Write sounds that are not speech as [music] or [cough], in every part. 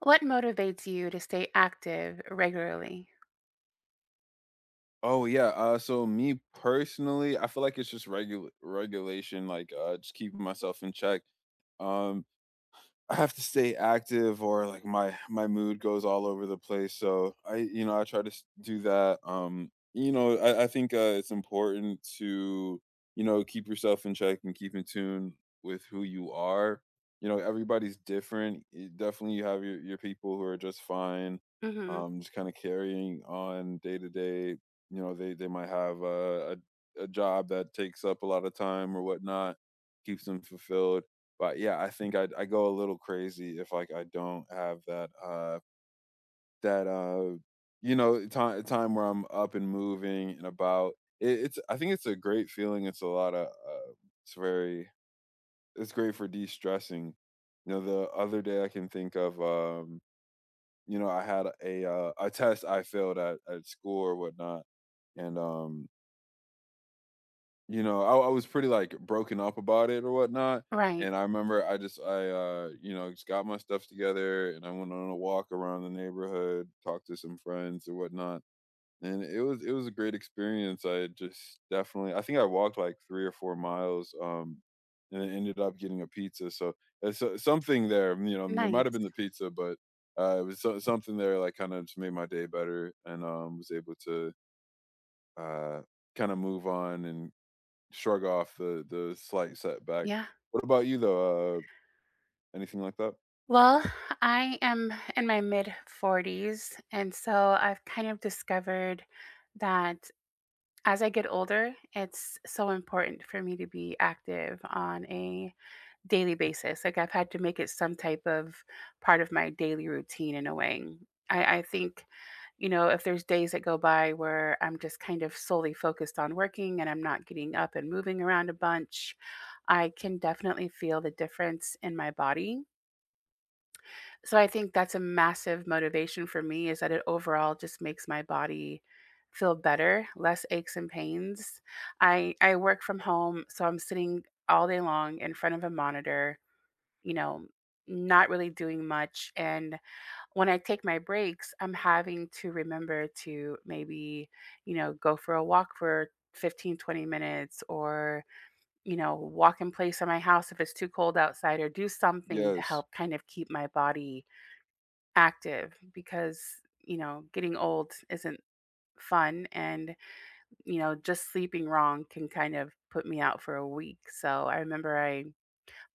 What motivates you to stay active regularly? Oh yeah, so me personally, I feel like it's just regulation, just keeping myself in check. Um, I have to stay active or like my mood goes all over the place. So I you know I try to do that. I think it's important to keep yourself in check and keep in tune with who you are. You know everybody's different. You- definitely you have your people who are just fine. Hmm. Just kind of carrying on day to day. You know they might have a job that takes up a lot of time or whatnot, keeps them fulfilled, but yeah, I think I go a little crazy if, like, I don't have that time where I'm up and moving and about. It it's I think it's a great feeling. It's a lotta, it's very it's great for de-stressing. You know, the other day I can think of, I had a test I failed at school or whatnot, and you know, I was pretty, like, broken up about it or whatnot, Right. and I remember I just got my stuff together, and I went on a walk around the neighborhood, talked to some friends or whatnot, and it was a great experience. I just definitely I think I walked, like, 3 or 4 miles, and I ended up getting a pizza, so it's so something there, you know, there might've Nice. been the pizza, but, it was so something there, like, kinda just made my day better and, was able to, uh, kinda move on and shrug off the slight setback. Yeah. What about you though? Anything like that? Well, I am in my mid 40s. And so I've kind of discovered that as I get older, it's so important for me to be active on a daily basis. Like, I've had to make it some type of part of my daily routine in a way. I think, you know, if there's days that go by where I'm just kind of solely focused on working and I'm not getting up and moving around a bunch, I can definitely feel the difference in my body. So I think that's a massive motivation for me is that it overall just makes my body feel better, less aches and pains. I work from home, so I'm sitting all day long in front of a monitor, you know, not really doing much. And when I take my breaks, I'm having to remember to maybe, you know, go for a walk for 15-20 minutes, or you know, walk in place in my house if it's too cold outside, or do something to Yes. help kind of keep my body active, because, you know, getting old isn't fun and, you know, just sleeping wrong can kind of put me out for a week. So I remember I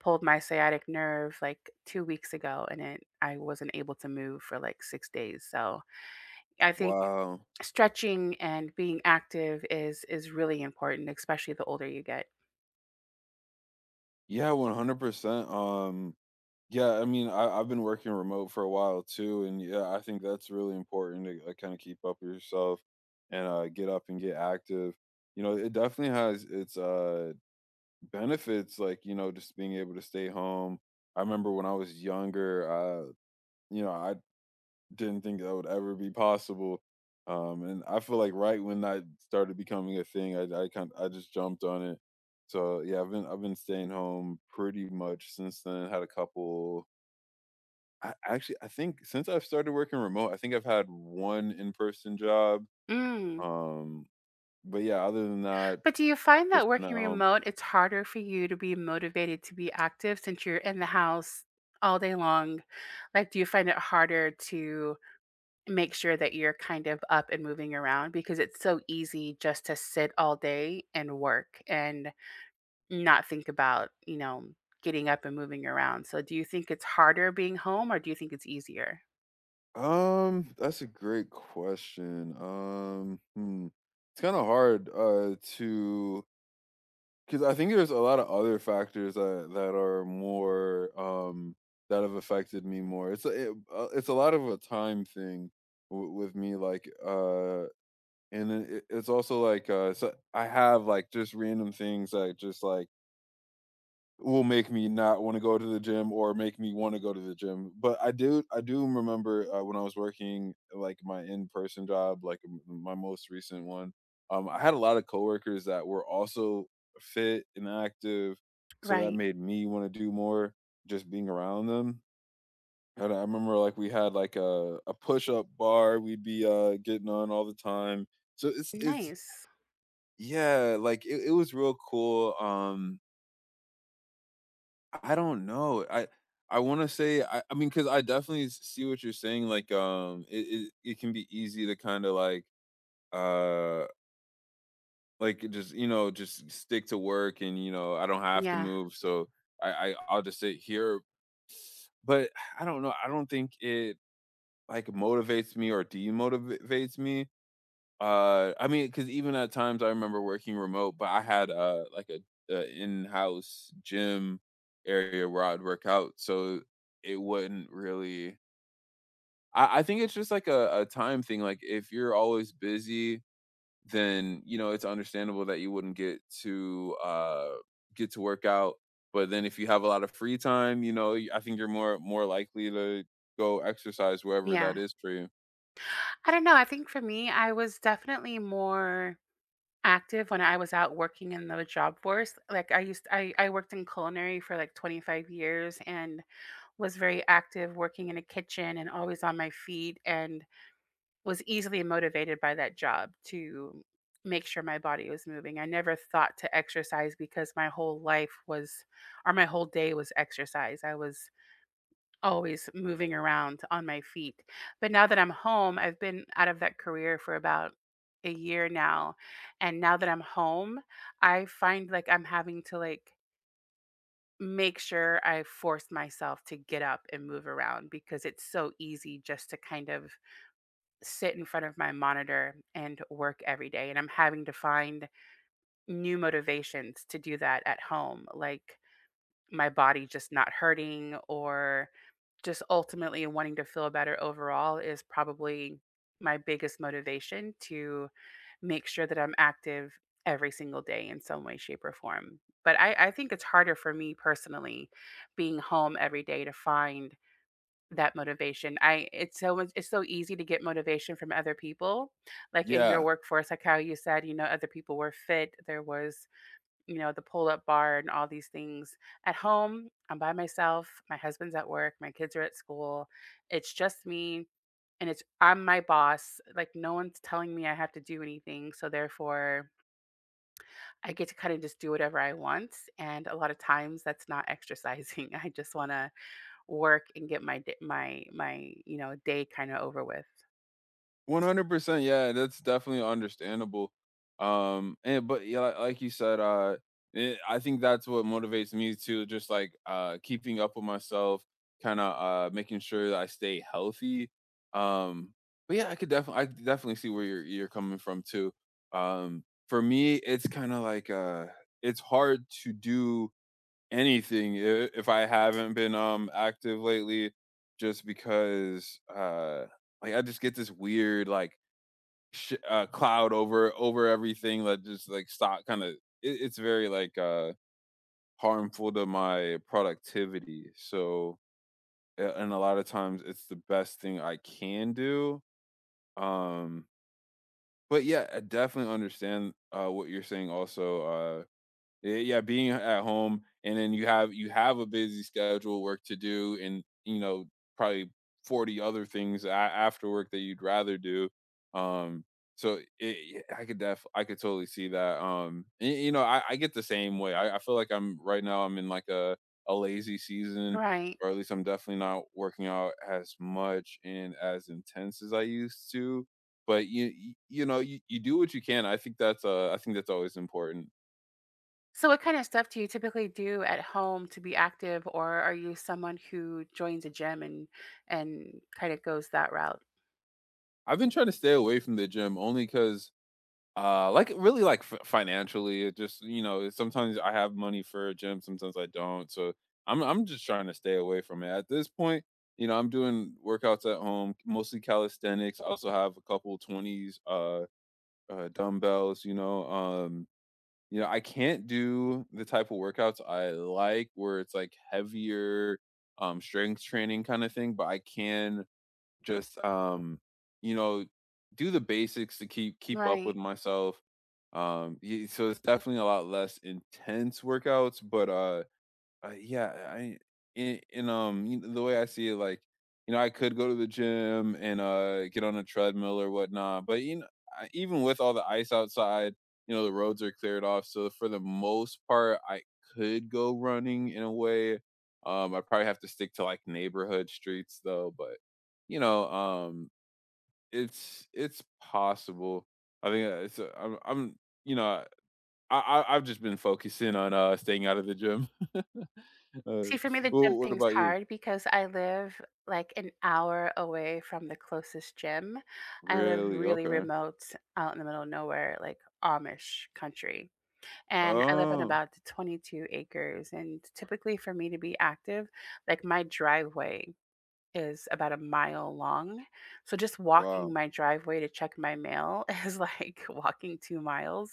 pulled my sciatic nerve like 2 weeks ago, and it I wasn't able to move for like 6 days. So I think Wow. stretching and being active is really important, especially the older you get. Yeah, 100%. Yeah, I mean, I've been working remote for a while too, and yeah, I think that's really important to kind of keep up with yourself and get up and get active. You know, it definitely has its benefits, like you know, just being able to stay home. I remember when I was younger, uh, you know, I didn't think that would ever be possible, and I feel like right when that started becoming a thing, I just jumped on it. So yeah, I've been staying home pretty much since then. Had a couple. I think since I've started working remote, I think I've had one in person job. Mm. Um, but yeah, other than that, But do you find just that been at working home. remote, it's harder for you to be motivated to be active since you're in the house all day long? Like, do you find it harder to make sure that you're kind of up and moving around because it's so easy just to sit all day and work and not think about, you know, getting up and moving around? So, do you think it's harder being home or do you think it's easier? That's a great question. Hmm. It's kind of hard to, because I think there's a lot of other factors that are more that have affected me more. It's a lot of a time thing with me, like, and then it's also like so I have like just random things that just like will make me not wanna go to the gym or make me wanna go to the gym, but I do remember, when I was working, like, my in-person job, like, m my most recent one, I had a lot of coworkers that were also fit and active, so that Right. made me wanna do more just being around them, and I remember, like, we had, like, a push-up bar we'd be, getting on all the time, so it's it's Nice. yeah, like, it it was real cool, um, I don't know. I wanna say I mean, because I definitely s see what you're saying, like, it can be easy to kinda, like, uh, just, you know, just stick to work and, you know, I don't have to Yeah. move, so I'll just sit here, but I don't know, I don't think it, like, motivates me or demotivates me. I mean, because even at times I remember working remote, but I had, a in-house gym area where I'd work out, so it wouldn't really, I think it's just like a time thing, like, if you're always busy, then, you know, it's understandable that you wouldn't get to work out, but then if you have a lot of free time, you know, y I think you're more likely to go exercise wherever Yeah, that is for you. I don't know. I think for me, I was definitely more active when I was out working in the job force. Like, I used I worked in culinary for, like, 25 years and was very active working in a kitchen and always on my feet, and was easily motivated by that job to make sure my body was moving. I never thought to exercise because my whole life was, or my whole day was exercise. I was always moving around on my feet. But now that I'm home, I've been out of that career for about a year now, and now that I'm home, I find, like, I'm having to, like, make sure I force myself to get up and move around because it's so easy just to kind of sit in front of my monitor and work every day, and I'm having to find new motivations to do that at home, like my body just not hurting, or just ultimately wanting to feel better overall is probably my biggest motivation to make sure that I'm active every single day in some way, shape, or form. But I think it's harder for me personally being home every day to find that motivation. I it's so much- It's so easy to get motivation from other people. Like in your Yeah. workforce, like how you said, you know, other people were fit. There was, you know, the pull up bar and all these things. At home, I'm by myself. My husband's at work. My kids are at school. It's just me. And it's, I'm my boss. Like, no one's telling me I have to do anything. So, therefore, I get to kind of just do whatever I want. And a lot of times that's not exercising. [laughs] I just want to work and get my, my, you know, day kind of over with. 100%. Yeah, that's definitely understandable. And but yeah, like you said, I think that's what motivates me to just like keeping up with myself, kind of making sure that I stay healthy. Um, but yeah, I could definitely see where you're coming from too. Um, for me, it's kind of like it's hard to do anything I if I haven't been, active lately just because, like, I just get this weird, like, sh cloud over everything that just, like, stop kinda, it's very, like, harmful to my productivity, so a and a lot of times, it's the best thing I can do, um, but yeah, I definitely understand, what you're saying also. Yeah, yeah, being at home and then you have a busy schedule, work to do, and you know probably 40 other things after work that you'd rather do. Um, so I could def I could totally see that. And, you know, I get the same way. I feel like I'm right now. I'm in like a lazy season, Right. or at least I'm definitely not working out as much and as intense as I used to. But you do what you can. I think that's always important. So, what kind of stuff do you typically do at home to be active, or are you someone who joins a gym and kind of goes that route? I've been trying to stay away from the gym only because, like, really, like, f financially, it just you know, sometimes I have money for a gym, sometimes I don't, so I'm just trying to stay away from it. At this point, you know, I'm doing workouts at home, mostly calisthenics. I also have a couple 20s, dumbbells, you know, I can't do the type of workouts I like where it's, like, heavier, strength training kinda thing, but I can just, you know, do the basics to keep up with Right. myself. Y So it's definitely a lot less intense workouts, but, yeah, I in you know, the way I see it, like, you know, I could go to the gym and get on a treadmill or whatnot, but you know, even with all the ice outside, you know, the roads are cleared off, so for the most part, I could go running in a way. I probably have to stick to like neighborhood streets though, but you know, it's possible. I think I'm you know I've just been focusing on staying out of the gym. Uh, See, for me, the gym well, what thing's about you? hard because I live like an hour away from the closest gym. I live Really? really Okay. remote, out in the middle of nowhere, like Amish country, and I live on Oh, about 22 acres. And typically, for me to be active, like my driveway is about a mile long. So just walking wow. my driveway to check my mail [laughs] is like walking 2 miles.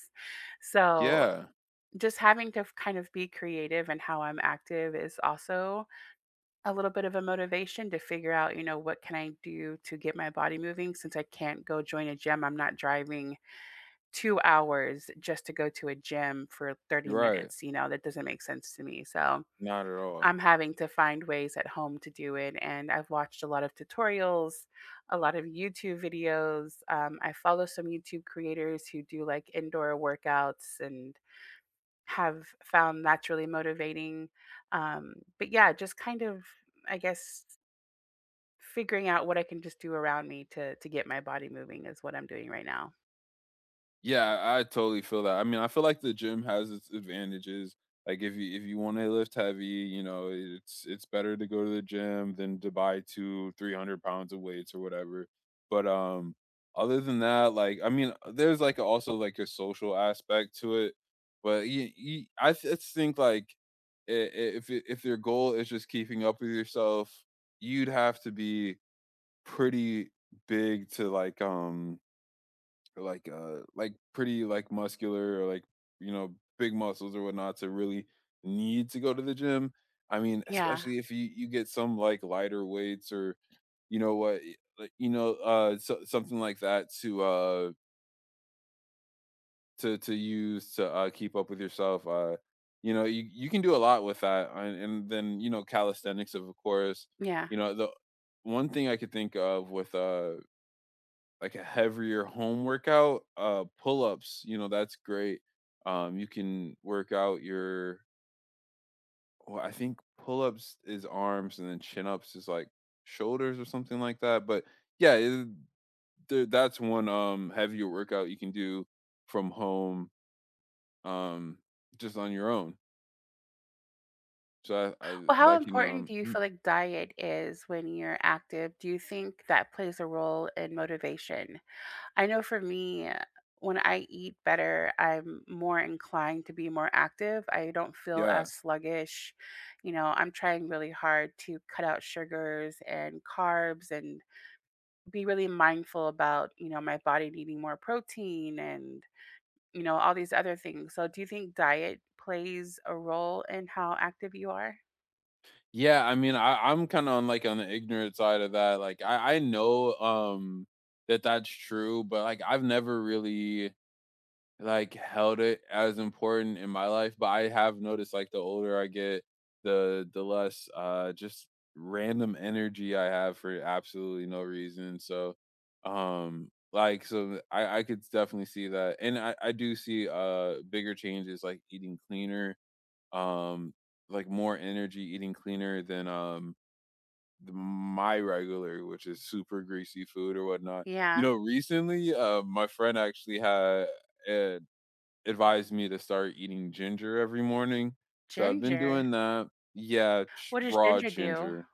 So Yeah, just having to kind of be creative and how I'm active is also a little bit of a motivation to figure out, you know, what can I do to get my body moving since I can't go join a gym. I'm not driving 2 hours just to go to a gym for 30 you're right. minutes, you know, that doesn't make sense to me. So Not at all. I'm having to find ways at home to do it, and I've watched a lot of tutorials, a lot of YouTube videos. I follow some YouTube creators who do like indoor workouts and have found that's really motivating. But yeah, just kind of, I guess, figuring out what I can just do around me to get my body moving is what I'm doing right now. Yeah, I totally feel that. I mean, I feel like the gym has its advantages. Like if you want to lift heavy, you know, it's better to go to the gym than to buy two, 300 pounds of weights or whatever. But um, other than that, like I mean, there's like also like a social aspect to it. But I think like i- i- if your goal is just keeping up with yourself, you'd have to be pretty big to like pretty like muscular or like you know big muscles or whatnot to really need to go to the gym. I mean, Yeah. especially if you get some like lighter weights or you know like, you know something like that to to use to keep up with yourself, you know you can do a lot with that, and then you know calisthenics of course, Yeah. you know, the one thing I could think of with a heavier home workout, pull-ups, you know, that's great. You can work out your, well, I think pull-ups is arms and then chin-ups is like shoulders or something like that. But yeah, that's one heavier workout you can do from home, um, just on your own. So I Well, how that can important um do you mm, feel like diet is when you're active? Do you think that plays a role in motivation? I know for me, when I eat better, I'm more inclined to be more active. I don't feel yeah. as sluggish. You know, I'm trying really hard to cut out sugars and carbs and be really mindful about, you know, my body needing more protein and, you know, all these other things. So, do you think diet plays a role in how active you are? Yeah, I mean, I'm kinda on, like, on the ignorant side of that, like, I know, that that's true, but, like, I've never really, like, held it as important in my life, but I have noticed, like, the older I get, the less, just random energy I have for absolutely no reason, so, like, so I could definitely see that, and I do see, bigger changes, like eating cleaner, um, like more energy eating cleaner than the, my regular which is super greasy food or whatnot. Yeah, You know recently my friend actually had uh, advised me to start eating ginger every morning, so I've been ginger. doing that. Yeah, What does raw ginger do? ginger.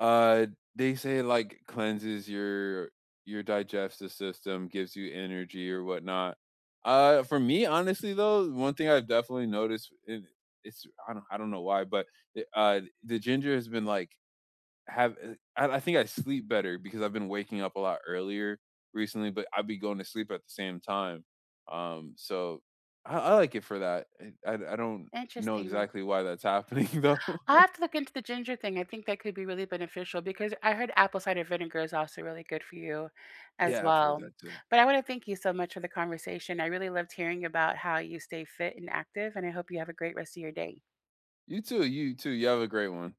Uh, they say it, like, cleanses your digestive system, gives you energy or whatnot. For me, honestly, though, one thing I've definitely noticed, and it's I don't know why, but the ginger has been, like, have I think I sleep better because I've been waking up a lot earlier recently, but I'd be going to sleep at the same time. So I like it for that. I don't know Interesting. exactly why that's happening, [laughs] though. I'll have to look into the ginger thing. I think that could be really beneficial because I heard apple cider vinegar is also really good for you as Yeah, I've heard well. that too. But I want to thank you so much for the conversation. I really loved hearing about how you stay fit and active, and I hope you have a great rest of your day. You too. You too. You have a great one.